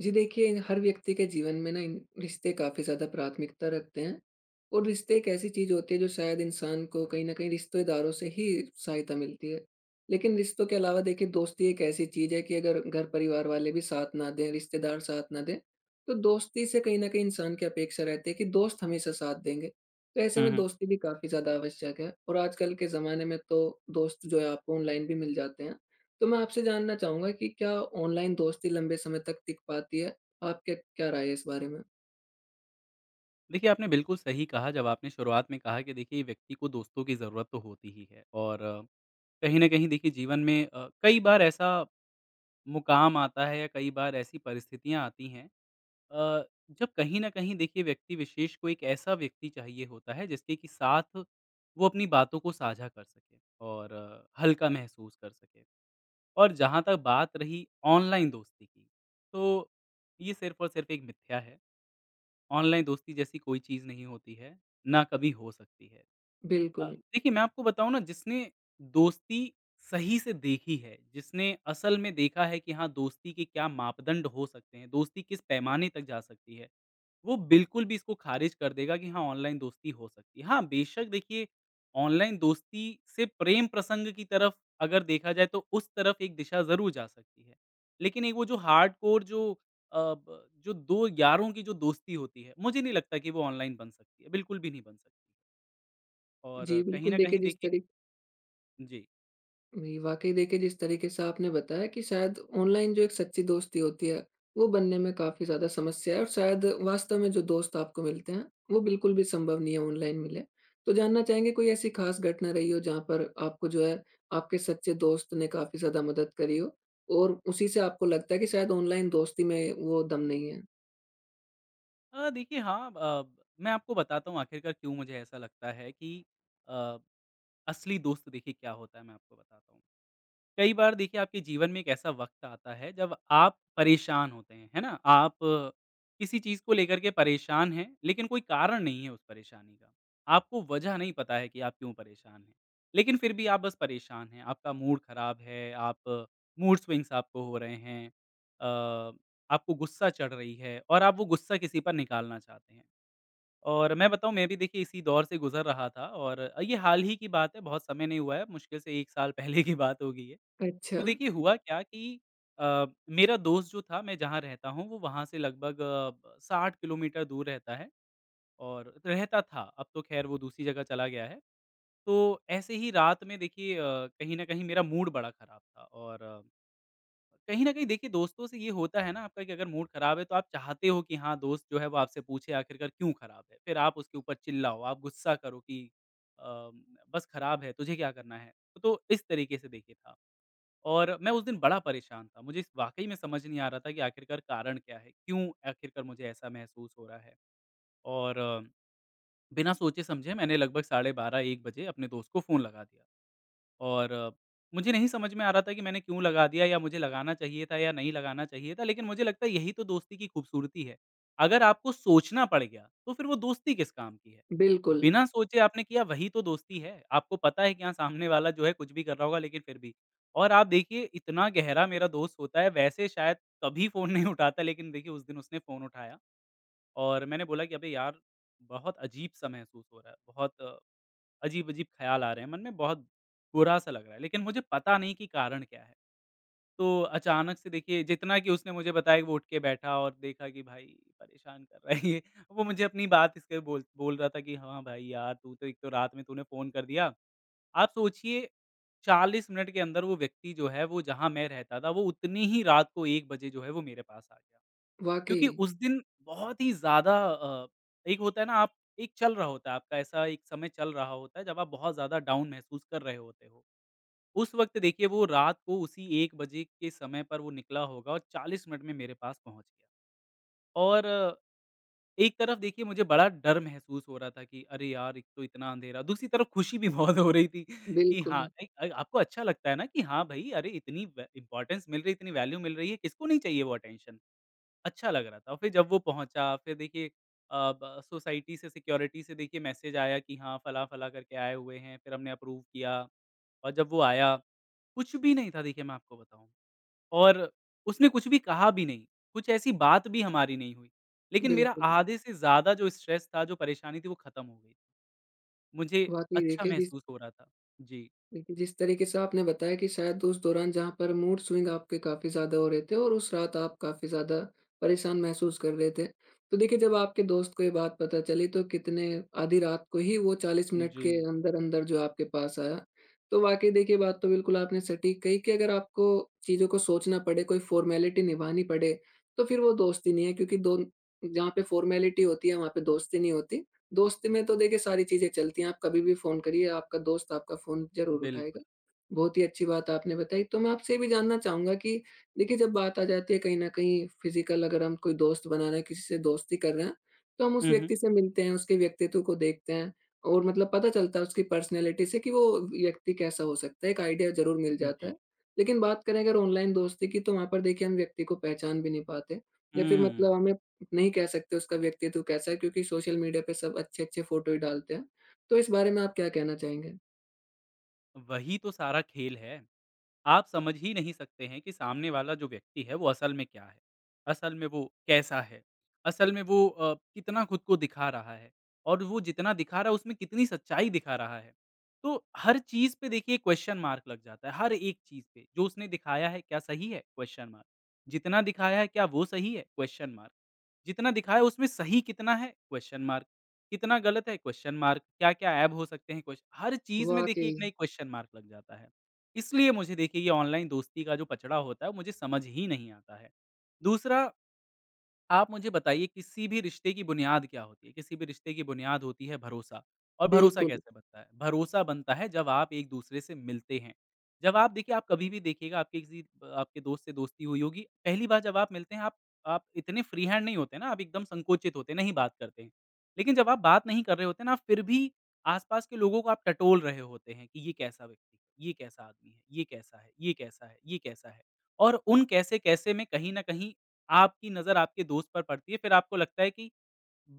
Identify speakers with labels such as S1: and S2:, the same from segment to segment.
S1: जी देखिए, हर व्यक्ति के जीवन में ना इन रिश्ते काफ़ी ज़्यादा प्राथमिकता रखते हैं और रिश्ते एक ऐसी चीज़ होती है जो शायद इंसान को कहीं न कहीं रिश्तेदारों से ही सहायता मिलती है। लेकिन रिश्तों के अलावा देखिए, दोस्ती एक ऐसी चीज़ है कि अगर घर-परिवार वाले भी साथ ना दें, रिश्तेदार साथ ना दें, तो दोस्ती से कहीं न कहीं इंसान की अपेक्षा रहती है कि दोस्त हमेशा साथ देंगे। तो ऐसे
S2: हुँ,
S1: में
S2: हुँ।
S1: दोस्ती भी काफ़ी ज़्यादा आवश्यक है, और आजकल के ज़माने में तो दोस्त जो है आपको ऑनलाइन भी मिल जाते हैं। तो मैं आपसे जानना चाहूँगा कि क्या ऑनलाइन दोस्ती लंबे समय तक टिक पाती है? आपके क्या राय है इस बारे में?
S2: देखिए, आपने बिल्कुल सही कहा जब आपने शुरुआत में कहा कि देखिए व्यक्ति को दोस्तों की ज़रूरत तो होती ही है और कहीं न कहीं देखिए जीवन में कई बार ऐसा मुकाम आता है या कई बार ऐसी परिस्थितियाँ आती हैं अ, जब कहीं न कहीं देखिए व्यक्ति विशेष को एक ऐसा व्यक्ति चाहिए होता है जिसके कि साथ वो अपनी बातों को साझा कर सके और हल्का महसूस कर सके। और जहाँ तक बात रही ऑनलाइन दोस्ती की, तो ये सिर्फ़ और सिर्फ़ एक मिथ्या है। ऑनलाइन दोस्ती जैसी कोई चीज़ नहीं होती है, ना कभी हो सकती है। अ,
S1: बिल्कुल।
S2: देखिए मैं आपको बताऊँ ना जिसने दोस्ती सही से देखी है, जिसने असल में देखा है कि हाँ, दोस्ती के क्या मापदंड हो सकते हैं, दोस्ती किस पैमाने तक जा सकती है। वो बिल्कुल भी इसको ख़ारिज कर देगा कि हाँ, ऑनलाइन दोस्ती हो सकती है। हाँ, बेशक देखिए ऑनलाइन दोस्ती से प्रेम प्रसंग की तरफ अगर देखा जाए तो उस तरफ एक दिशा ज़रूर जा सकती है। लेकिन एक वो जो हार्डकोर जो अ, ब जो 2 यारों की जो दोस्ती होती है, मुझे नहीं लगता कि वो ऑनलाइन बन सकती है, बिल्कुल भी नहीं बन सकती। और
S1: जी,
S2: कहीं
S1: बिल्कुल
S2: न
S1: देखिए
S2: कहीं
S1: जिस
S2: देखिए
S1: तरीक
S2: जी।
S1: जी, वाक़ई देखिए, जिस तरीके से आपने बताया कि शायद ऑनलाइन जो एक सच्ची दोस्ती होती है, वो बनने में काफ़ी ज़्यादा समस्या है, और शायद वास्तव में जो दोस्त आपको मिलते हैं, वो बिल्कुल भी संभव नहीं है ऑनलाइन मिले। तो जानना चाहेंगे, कोई ऐसी ख़ास घटना रही हो जहाँ पर आपको जो है आपके सच्चे दोस्त ने काफ़ी ज़्यादा मदद करी हो, और उसी से आपको लगता है कि शायद ऑनलाइन दोस्ती में वो दम नहीं है?
S2: देखिए हाँ, मैं आपको बताता हूँ आखिरकार क्यों मुझे ऐसा लगता है कि अ, असली दोस्त देखिए क्या होता है, मैं आपको बताता हूँ। कई बार देखिए आपके जीवन में एक ऐसा वक़्त आता है जब आप परेशान होते हैं, है ना? आप किसी चीज़ को लेकर के परेशान हैं, लेकिन कोई कारण नहीं है उस परेशानी का। आपको वजह नहीं पता है कि आप क्यों परेशान हैं, लेकिन फिर भी आप बस परेशान हैं। आपका मूड ख़राब है, आप मूड स्विंग्स आपको हो रहे हैं, अ, आपको गुस्सा चढ़ रही है और आप वो गुस्सा किसी पर निकालना चाहते हैं। और मैं बताऊँ मैं भी देखिए इसी दौर से गुज़र रहा था और ये हाल ही की बात है, बहुत समय नहीं हुआ है, मुश्किल से 1 साल पहले की बात होगी ये।
S1: अच्छा।
S2: तो देखिए हुआ क्या कि मेरा दोस्त जो था मैं जहाँ रहता हूँ वो वहाँ से लगभग अ, ब 60 किलोमीटर दूर रहता है और रहता था, अब तो ख़ैर वो दूसरी जगह चला गया है। तो ऐसे ही रात में देखिए कहीं न कहीं मेरा मूड बड़ा ख़राब था और कहीं न कहीं देखिए दोस्तों से ये होता है ना आपका कि अगर मूड ख़राब है तो आप चाहते हो कि हाँ, दोस्त जो है वो आपसे पूछे आखिरकार क्यों ख़राब है? फिर आप उसके ऊपर चिल्लाओ, आप गुस्सा करो कि अ, बस ख़राब है, तुझे क्या करना है? तो इस तरीके से देखिए था। और मैं उस दिन बड़ा परेशान था। मुझे इस वाक़ई में समझ नहीं आ रहा था कि आखिरकार कारण क्या है? क्यों आखिरकार मुझे ऐसा महसूस हो रहा है? और बिना सोचे-समझे मैंने लगभग साढ़े 12-1 बजे अपने दोस्त को फ़ोन लगा दिया। और मुझे नहीं समझ में आ रहा था कि मैंने क्यों लगा दिया या मुझे लगाना चाहिए था या नहीं लगाना चाहिए था। लेकिन मुझे लगता है यही तो दोस्ती की खूबसूरती है। अगर आपको सोचना पड़ गया, तो फिर वो दोस्ती किस काम की है?
S1: बिल्कुल।
S2: बिना सोचे आपने किया वही तो दोस्ती है। आपको पता है कि हाँ, सामने वाला जो है कुछ भी कर रहा होगा लेकिन फिर भी और आप देखिए इतना गहरा मेरा दोस्त होता है, वैसे शायद कभी फ़ोन नहीं उठाता लेकिन देखिए उस दिन उसने फ़ोन उठाया और मैंने बोला कि अबे यार! बहुत अजीब-सा महसूस हो रहा है। बहुत अजीब-अजीब ख़्याल आ रहे हैं मन में, बहुत बुरा-सा लग रहा है, लेकिन मुझे पता नहीं कि कारण क्या है? तो अचानक से देखिए जितना कि उसने मुझे बताया कि वो उठ के बैठा और देखा कि भाई परेशान कर रहा है ये। वो मुझे अपनी बात इसलिए बोल बोल रहा था कि हाँ भाई यार, तू तो एक तो रात में तूने फ़ोन कर दिया। आप सोचिए 40 मिनट के अंदर वो व्यक्ति जो है, वो जहाँ मैं रहता था, वो उतनी ही रात को 1 बजे जो है वो मेरे पास आ गया।
S1: वाक़ई।
S2: क्योंकि उस दिन बहुत ही ज़्यादा एक होता है ना आप एक चल रहा होता है आपका ऐसा एक समय चल रहा होता है जब आप बहुत ज़्यादा डाउन महसूस कर रहे होते हो। उस वक़्त देखिए वो रात को उसी 1 बजे के समय पर वो निकला होगा और 40 मिनट में मेरे पास पहुँच गया। और एक तरफ देखिए मुझे बड़ा डर महसूस हो रहा था कि अरे यार! एक तो इतना अंधेरा, दूसरी तरफ खुशी भी बहुत हो रही थी कि हाँ,
S1: बिल्कुल।
S2: एक आपको अच्छा लगता है ना कि हाँ, भई अरे! इतनी व इम्पोर्टेंस मिल रही है, इतनी वैल्यू मिल रही है, किसको नहीं चाहिए वो अटेंशन। अच्छा लग रहा था। फिर जब वो पहुँचा, फिर देखिए अ, ब सोसाइटी से सिक्योरिटी से देखिए मैसेज आया कि हाँ, फलाँ-फलाँ करके आए हुए हैं, फिर हमने अप्रूव किया और जब वो आया, कुछ भी नहीं था देखिए मैं आपको बताऊँ और उसने कुछ भी कहा भी नहीं, कुछ ऐसी बात भी हमारी नहीं हुई। लेकिन मेरा
S1: बिल्कुल।
S2: आधे से ज़्यादा जो स्ट्रेस था, जो परेशानी थी, वो खत्म हो गई। मुझे
S1: वाक़ई
S2: अच्छा महसूस हो रहा था। जी,
S1: देखिए, जिस तरीके से आपने बताया कि शायद उस दौरान जहाँ पर मूड स्विंग आपके काफ़ी ज़्यादा हो रहे थे, और उस रात आप काफ़ी ज़्यादा परेशान महसूस कर रहे थे। तो देखिए, जब आपके दोस्त को ये बात पता चली, तो कितने आधी रात को ही वो 40 मिनट के
S2: जी,
S1: अंदर-अंदर जो आपके पास आया। तो वाक़ई देखिए, बात तो बिल्कुल आपने सटीक कही कि अगर आपको चीज़ों को सोचना पड़े, कोई फ़ॉर्मेलिटी निभानी पड़े, तो फिर वो दोस्ती नहीं है, क्योंकि दोन जहाँ पे फ़ॉर्मेलिटी होती है, वहाँ पे दोस्ती नहीं होती। दोस्ती में तो देखिए सारी चीज़ें चलती हैं, आप कभी भी फ़ोन करिए, आपका दोस्त आपका फ़ोन ज़रूर उठाएगा।
S2: बिल्कुल।
S1: बहुत ही अच्छी बात आपने बताई। तो मैं आपसे ये भी जानना चाहूँगा कि देखिए, जब बात आ जाती है कहीं न कहीं फ़िज़िकल, अगर हम कोई दोस्त बना रहे हैं, किसी से दोस्ती कर रहे हैं, तो हम उस
S2: हुँ, हुँ।
S1: व्यक्ति से मिलते हैं, उसके व्यक्तित्व को देखते हैं, और मतलब पता चलता है उसकी पर्सनैलिटी से कि वो व्यक्ति कैसा हो सकता है, एक आइडिया ज़रूर मिल जाता
S2: जी।
S1: है। लेकिन बात करें अगर ऑनलाइन दोस्ती की, तो वहाँ पर देखिए हम व्यक्ति को पहचान भी नहीं पाते, या फिर
S2: हुँ,
S1: मतलब हमें नहीं कह सकते उसका व्यक्तित्व कैसा है, क्योंकि सोशल मीडिया पे सब अच्छे-अच्छे फ़ोटो ही डालते हैं। तो इस बारे में आप क्या कहना चाहेंगे?
S2: वही तो सारा खेल है। आप समझ ही नहीं सकते हैं कि सामने वाला जो व्यक्ति है वो असल में क्या है, असल में वो कैसा है, असल में वो कितना खुद को दिखा रहा है और वो जितना दिखा रहा है उसमें कितनी सच्चाई दिखा रहा है। तो हर चीज़ पे देखिए क्वेश्चन मार्क लग जाता है, हर एक चीज़ पे। जो उसने दिखाया है क्या सही है? Question mark. जितना दिखाया है क्या वो सही है? Question mark. जितना दिखाया उसमें सही कितना है? Question mark. कितना गलत है? Question mark. क्या-क्या ऐब हो सकते हैं? क्वेश्चन हर चीज़ में देखिए एक
S1: वाक़ई।
S2: ना एक क्वेश्चन मार्क लग जाता है। इसलिए मुझे देखिए ये ऑनलाइन दोस्ती का जो पचड़ा होता है, वो मुझे समझ ही नहीं आता है। दूसरा आप मुझे बताइए किसी भी रिश्ते की बुनियाद क्या होती है? किसी भी रिश्ते की बुनियाद होती है भरोसा और भरोसा
S1: बिल्कुल।
S2: कैसे बनता है? भरोसा बनता है जब आप एक-दूसरे से मिलते हैं। जब आप देखिए आप कभी भी देखिएगा आपके किसी ब आपके दोस्त से दोस्ती हुई होगी, पहली बार जब आप मिलते हैं आप इतने फ्री हैंड नहीं होते ना, आप एकदम संकोचित होते हैं, नहीं बात करते हैं। लेकिन जब आप बात नहीं कर रहे होते ना, आप फिर भी आस-पास के लोगों को आप टटोल रहे होते हैं कि ये कैसा व्यक्ति है? ये कैसा आदमी है? ये कैसा है? ये कैसा है? ये कैसा है? और उन कैसे-कैसे में कहीं न कहीं आपकी नज़र आपके दोस्त पर पड़ती है, फिर आपको लगता है कि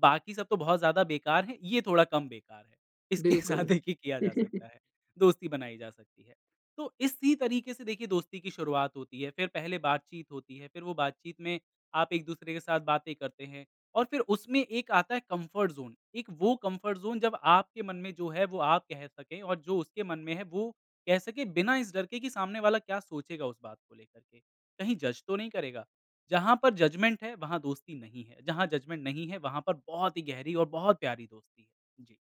S2: बाकी सब तो बहुत ज़्यादा बेकार है, ये थोड़ा कम बेकार है। इसके साथ
S1: बिल्कुल।
S2: देखिए किया जा सकता है, दोस्ती बनाई जा सकती है। तो इसी तरीके से देखिए दोस्ती की शुरुआत होती है, फिर पहले बातचीत होती है, फिर वो बातचीत में आप एक-दूसरे के साथ बातें करते हैं और फिर उसमें एक आता है कम्फ़र्ट ज़ोन, एक वो कम्फ़र्ट ज़ोन जब आपके मन में जो है वो आप कह सकें और जो उसके मन में है वो कह सके बिना इस डर के कि सामने वाला क्या सोचेगा उस बात को लेकर के। कहीं जज तो नहीं करेगा? जहाँ पर जजमेंट है, वहाँ दोस्ती नहीं है, जहाँ जजमेंट नहीं है, वहाँ पर बहुत ही गहरी और बहुत प्यारी दोस्ती है। जी।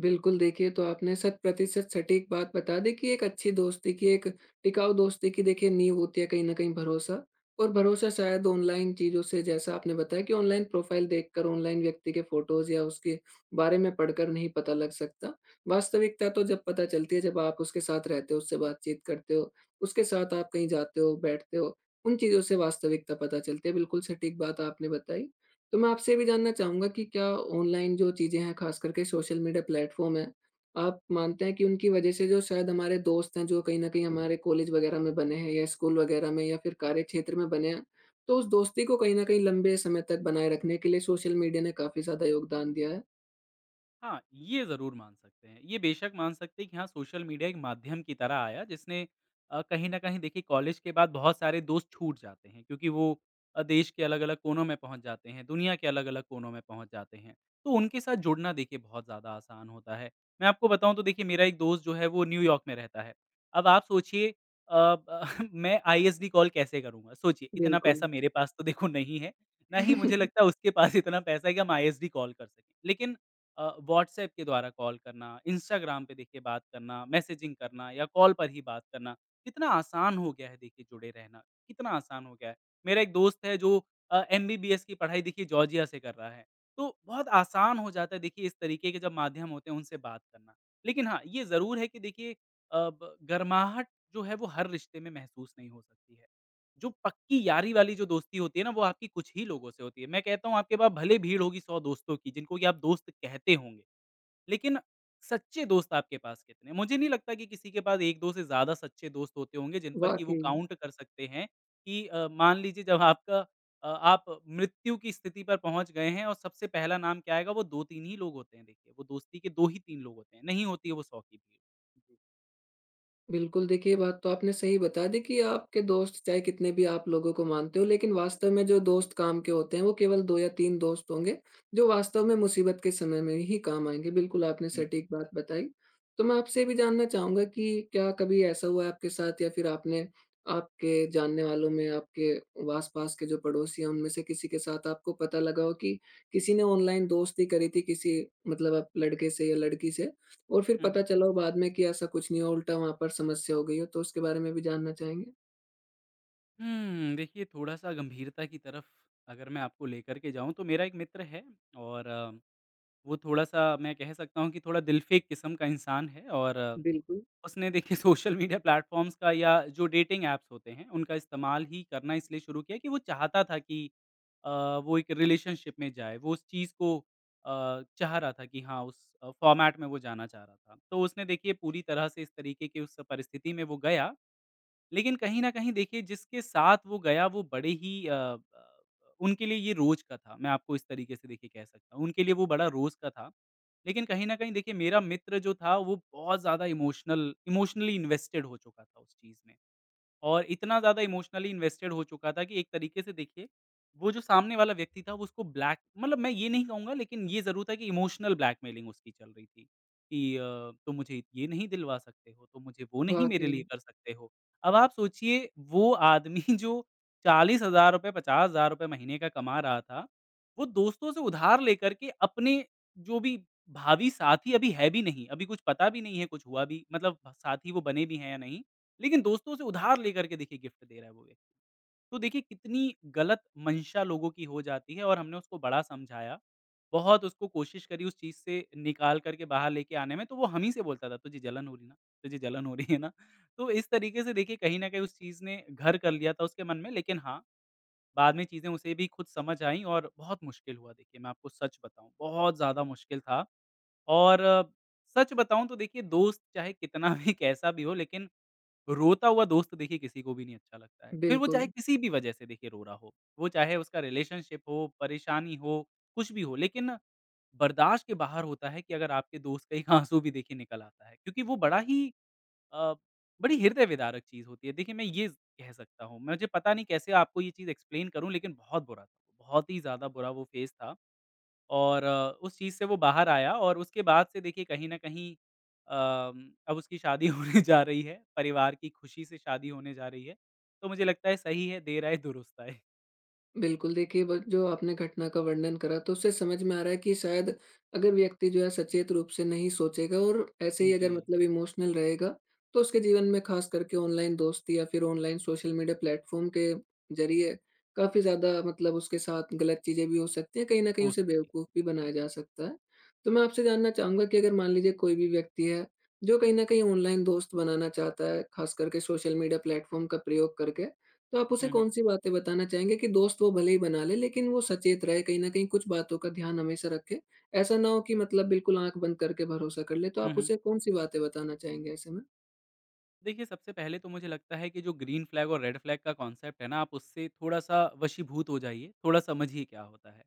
S1: बिल्कुल, देखिए तो आपने शत प्रतिशत सटीक बात बता दी कि एक अच्छी दोस्ती की, एक टिकाऊ दोस्ती की देखिए नींव होती है कहीं न कहीं भरोसा। और भरोसा शायद ऑनलाइन चीज़ों से, जैसा आपने बताया, कि ऑनलाइन प्रोफ़ाइल देखकर, ऑनलाइन व्यक्ति के फ़ोटोज़ या उसके बारे में पढ़कर नहीं पता लग सकता। वास्तविकता तो जब पता चलती है जब आप उसके साथ रहते हो, उससे बातचीत करते हो, उसके साथ आप कहीं जाते हो, बैठते हो, उन चीज़ों से वास्तविकता पता चलती है। बिल्कुल सटीक बात आपने बताई। तो मैं आपसे ये भी जानना चाहूँगा कि क्या ऑनलाइन जो चीज़ें हैं, ख़ास करके सोशल मीडिया प्लेटफ़ॉर्म हैं, आप मानते हैं कि उनकी वज़ह से जो शायद हमारे दोस्त हैं, जो कहीं न कहीं हमारे कॉलेज वग़ैरह में बने हैं या स्कूल वग़ैरह में, या फिर कार्य क्षेत्र में बने हैं, तो उस दोस्ती को कहीं न कहीं लंबे समय तक बनाए रखने के लिए सोशल मीडिया ने काफ़ी ज़्यादा योगदान दिया है?
S2: हाँ, ये ज़रूर मान सकते हैं। ये बेशक मान सकते हैं कि हाँ, सोशल मीडिया एक माध्यम की तरह आया जिसने कहीं न कहीं देखिए कॉलेज के बाद बहुत सारे दोस्त छूट जाते हैं क्योंकि वो देश के अलग-अलग कोनों में पहुँच जाते हैं, दुनिया के अलग-अलग कोनों में पहुँच जाते हैं। तो उनके साथ जुड़ना देखिए बहुत ज़्यादा आसान होता है। मैं आपको बताऊँ तो देखिए मेरा एक दोस्त जो है वो न्यूयॉर्क में रहता है। अब आप सोचिए अ, ब मैं आईएसडी कॉल कैसे करूँगा? सोचिए इतना पैसा
S1: बिल्कुल।
S2: मेरे पास तो देखो नहीं है, ना ही मुझे लगता है उसके पास इतना पैसा है कि हम आईएसडी कॉल कर सकें। लेकिन व्हाट्सएप के द्वारा कॉल करना, इंस्टाग्राम पे देखिए बात करना, मैसेजिंग करना या कॉल पर ही बात करना, कितना आसान हो गया है देखिए जुड़े रहना, कितना आसान हो गया है। मेरा एक दोस्त है जो एमबीबीएस की पढ़ाई देखिए जॉर्जिया से कर रहा है, तो बहुत आसान हो जाता है देखिए इस तरीके के जब माध्यम होते हैं उनसे बात करना। लेकिन हाँ, ये ज़रूर है कि देखिए अब गर्माहट जो है वो हर रिश्ते में महसूस नहीं हो सकती है। जो पक्की यारी वाली जो दोस्ती होती है ना, वो आपकी कुछ ही लोगों से होती है। मैं कहता हूँ आपके पास भले भीड़ होगी 100 दोस्तों की, जिनको कि आप दोस्त कहते होंगे, लेकिन सच्चे दोस्त आपके पास कितने हैं? मुझे नहीं लगता कि किसी के पास 1-2 से ज़्यादा सच्चे दोस्त होते होंगे, जिन पर कि वो
S1: वाक़ई।
S2: काउंट कर सकते हैं कि मान लीजिए जब आप मृत्यु की स्थिति पर पहुँच गए हैं और सबसे पहला नाम क्या आएगा, वो 2-3 ही लोग होते हैं देखिए। वो दोस्ती के 2 ही 3 लोग होते हैं, नहीं होती है वो 100 की भीड़। जी।
S1: बिल्कुल, देखिए ये बात तो आपने सही बता दी कि आपके दोस्त चाहे कितने भी आप लोगों को मानते हो, लेकिन वास्तव में जो दोस्त काम के होते हैं, वो केवल 2 या 3 दोस्त होंगे, जो वास्तव में मुसीबत के समय में ही काम आएँगे। बिल्कुल, आपने
S2: हुँ।
S1: सटीक बात बताई। तो मैं आपसे ये भी जानना चाहूँगा कि क्या कभी ऐसा हुआ है आपके साथ, या फिर आपने आपके जानने वालों में, आपके आस-पास के जो पड़ोसी हैं, उनमें से किसी के साथ आपको पता लगा हो कि किसी ने ऑनलाइन दोस्ती करी थी, किसी मतलब आप लड़के से या लड़की से, और फिर
S2: हुँ,
S1: पता
S2: हुँ।
S1: चला हो बाद में कि ऐसा कुछ नहीं है, उल्टा वहाँ पर समस्या हो गई हो, तो उसके बारे में भी जानना चाहेंगे?
S2: हुँ, देखिए थोड़ा-सा गंभीरता की तरफ अगर मैं आपको लेकर के जाऊँ तो मेरा एक मित्र है और वो थोड़ा-सा मैं कह सकता हूँ कि थोड़ा दिलफ़ेक किस्म का इंसान है और
S1: बिल्कुल।
S2: उसने देखिए सोशल मीडिया प्लेटफ़ॉर्म्स का या जो डेटिंग ऐप्स होते हैं, उनका इस्तेमाल ही करना इसलिए शुरू किया कि वो चाहता था कि अ, वो एक रिलेशनशिप में जाए। वो उस चीज़ को चाह रहा था कि हाँ, उस फ़ॉर्मेट में वो जाना चाह रहा था। तो उसने देखिए पूरी तरह से इस तरीके की उस परिस्थिति में वो गया लेकिन कहीं न कहीं देखिए जिसके साथ वो गया वो बड़े ही अ अ, उनके लिए ये रोज़ का था, मैं आपको इस तरीके से देखिए कह सकता हूँ। उनके लिए वो बड़ा रोज़ का था। लेकिन कहीं न कहीं देखिए मेरा मित्र जो था वो बहुत ज़्यादा इमोशनली इन्वेस्टेड हो चुका था उस चीज़ में। और इतना ज़्यादा इमोशनली इन्वेस्टेड हो चुका था कि एक तरीके से देखिए, वो जो सामने वाला व्यक्ति था वो उसको ब्लैक मतलब मैं ये नहीं कहूँगा लेकिन ये ज़रूर था कि इमोशनल ब्लैकमेलिंग उसकी चल रही थी कि तुम मुझे ये नहीं दिलवा सकते हो, तुम मुझे वो नहीं मेरे
S1: वाक़ई।
S2: लिए कर सकते हो। अब आप सोचिए वो आदमी जो ₹40,000 ₹50,000 महीने का कमा रहा था, वो दोस्तों से उधार लेकर के अपने जो भी भावी साथी अभी है भी नहीं, अभी कुछ पता भी नहीं है कुछ हुआ भी मतलब साथी वो बने भी हैं या नहीं। लेकिन दोस्तों से उधार लेकर के देखिए गिफ्ट दे रहा है वो व्यक्ति। तो देखिए कितनी गलत मंशा लोगों की हो जाती है और हमने उसको बड़ा समझाया। बहुत उसको कोशिश करी उस चीज़ से निकाल कर के बाहर लेके आने में, तो वो हम ही से बोलता था, "तुझे जलन हो रही ना? तुझे जलन हो रही है ना?" तो इस तरीके से देखिए कहीं न कहीं उस चीज़ ने घर कर लिया था उसके मन में। लेकिन हाँ, बाद में चीज़ें उसे भी खुद समझ आईं और बहुत मुश्किल हुआ देखिए, मैं आपको सच बताऊँ, बहुत ज़्यादा मुश्किल था। और सच बताऊँ तो देखिए दोस्त चाहे कितना भी कैसा भी हो लेकिन रोता हुआ दोस्त देखिए किसी को भी नहीं अच्छा लगता है। फिर वो चाहे
S1: बिल्कुल।
S2: किसी भी वजह से देखिए रो रहा हो, वो चाहे उसका रिलेशनशिप हो, परेशानी हो, कुछ भी हो, लेकिन बर्दाश्त के बाहर होता है कि अगर आपके दोस्त का एक आँसू भी देखिए निकल आता है, क्योंकि वो अ, बड़ी हृदय विदारक चीज़ होती है। देखिए मैं ये कह सकता हूँ, मुझे पता नहीं कैसे आपको ये चीज़ एक्सप्लेन करूँ लेकिन बहुत बुरा था, बहुत ही ज़्यादा बुरा वो फ़ेज़ था। और उस चीज़ से वो बाहर आया और उसके बाद से देखिए कहीं न कहीं अब उसकी शादी होने जा रही है, परिवार की खुशी से शादी होने जा रही है। तो मुझे लगता है सही है, देर आए दुरुस्त आए।
S1: बिल्कुल, देखिए ब जो आपने घटना का वर्णन करा, तो उससे समझ में आ रहा है कि शायद अगर व्यक्ति जो है सचेत रूप से नहीं सोचेगा, और ऐसे ही
S2: जी।
S1: अगर मतलब इमोशनल रहेगा, तो उसके जीवन में ख़ास करके ऑनलाइन दोस्ती या फिर ऑनलाइन सोशल मीडिया प्लेटफ़ॉर्म के ज़रिए काफ़ी ज़्यादा, मतलब उसके साथ गलत चीज़ें भी हो सकती हैं, कहीं न कहीं
S2: हो
S1: उसे
S2: सकती
S1: बेवकूफ़
S2: है।
S1: भी
S2: बिल्कुल।
S1: बनाया जा सकता है। तो मैं आपसे जानना चाहूँगा कि अगर मान लीजिए कोई भी व्यक्ति है, जो कहीं न कहीं ऑनलाइन दोस्त बनाना चाहता है, ख़ास करके सोशल मीडिया प्लेटफ़ॉर्म का प्रयोग करके, तो आप उसे
S2: हुँ, हुँ।
S1: कौन-सी बातें बताना चाहेंगे कि दोस्त वो भले ही बना ले, लेकिन वो सचेत रहे, कहीं न कहीं कुछ बातों का ध्यान हमेशा रखे? ऐसा ना हो कि मतलब बिल्कुल आँख बंद करके भरोसा कर ले, तो
S2: हुँ,
S1: आप
S2: हुँ।
S1: उसे कौन-सी बातें बताना चाहेंगे ऐसे में?
S2: देखिए, सबसे पहले तो मुझे लगता है कि जो ग्रीन फ्लैग और रेड फ्लैग का कॉन्सेप्ट है ना, आप उससे थोड़ा-सा वशीभूत हो जाइए, थोड़ा समझिए क्या होता है।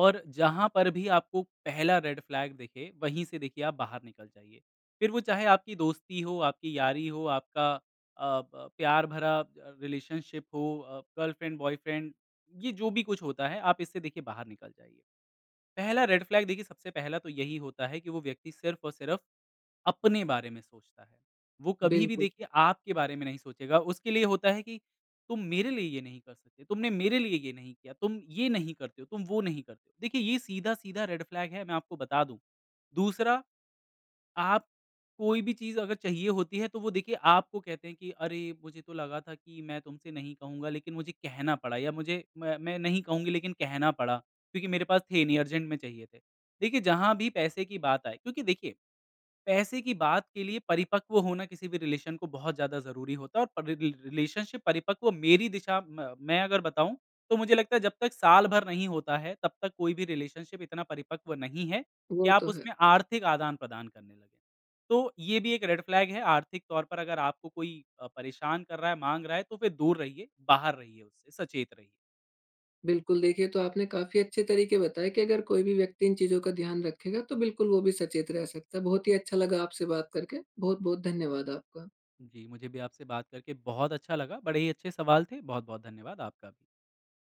S2: और जहाँ पर भी आपको पहला रेड फ्लैग दिखे, वहीं से देखिए आप बाहर निकल जाइए। फिर वो चाहे आपकी दोस्ती हो, आपकी यारी हो, आपका अ, ब प्यार भरा रिलेशनशिप हो, गर्लफ्रेंड, बॉयफ्रेंड, ये जो भी कुछ होता है, आप इससे देखिए बाहर निकल जाइए। पहला रेड फ्लैग देखिए सबसे पहला तो यही होता है कि वो व्यक्ति सिर्फ़ और सिर्फ़ अपने बारे में सोचता है। वो कभी भी
S1: बिल्कुल,
S2: देखिए आपके बारे में नहीं सोचेगा, उसके लिए होता है कि तुम मेरे लिए ये नहीं कर सकते, तुमने मेरे लिए ये नहीं किया, तुम ये नहीं करते हो, तुम वो नहीं करते हो। देखिए ये सीधा-सीधा रेड फ्लैग है मैं आपको बता दूँ। दूसरा आप कोई भी चीज़ अगर चाहिए होती है तो वो देखिए आपको कहते हैं कि अरे! मुझे तो लगा था कि मैं तुमसे नहीं कहूँगा लेकिन मुझे कहना पड़ा या मुझे मैं नहीं कहूँगी लेकिन कहना पड़ा क्योंकि मेरे पास थे नहीं अर्जेंट में चाहिए थे। देखिए जहाँ भी पैसे की बात आए क्योंकि देखिए पैसे की बात के लिए परिपक्व होना किसी भी रिलेशन को बहुत ज़्यादा ज़रूरी होता है और परि रिल रिलेशनशिप परिपक्व मेरी दिशा म मैं अगर बताऊँ, तो मुझे लगता है जब तक साल भर नहीं होता है, तब तक कोई भी रिलेशनशिप इतना परिपक्व नहीं है कि
S1: वो
S2: आप
S1: तो है।
S2: उसमें आर्थिक आदान-प्रदान करने लगें। तो ये भी एक रेड फ्लैग है, आर्थिक तौर पर अगर आपको कोई परेशान कर रहा है, माँग रहा है, तो फिर दूर रहिए, बाहर रहिए उससे, सचेत रहिए।
S1: बिल्कुल, देखिए तो आपने काफ़ी अच्छे तरीके बताए कि अगर कोई भी व्यक्ति इन चीज़ों का ध्यान रखेगा, तो बिल्कुल वो भी सचेत रह सकता है। बहुत ही अच्छा लगा आपसे बात करके। बहुत-बहुत धन्यवाद आपका।
S2: जी, मुझे भी आपसे बात करके बहुत अच्छा लगा, बड़े ही अच्छे सवाल थे, बहुत-बहुत धन्यवाद आपका भी।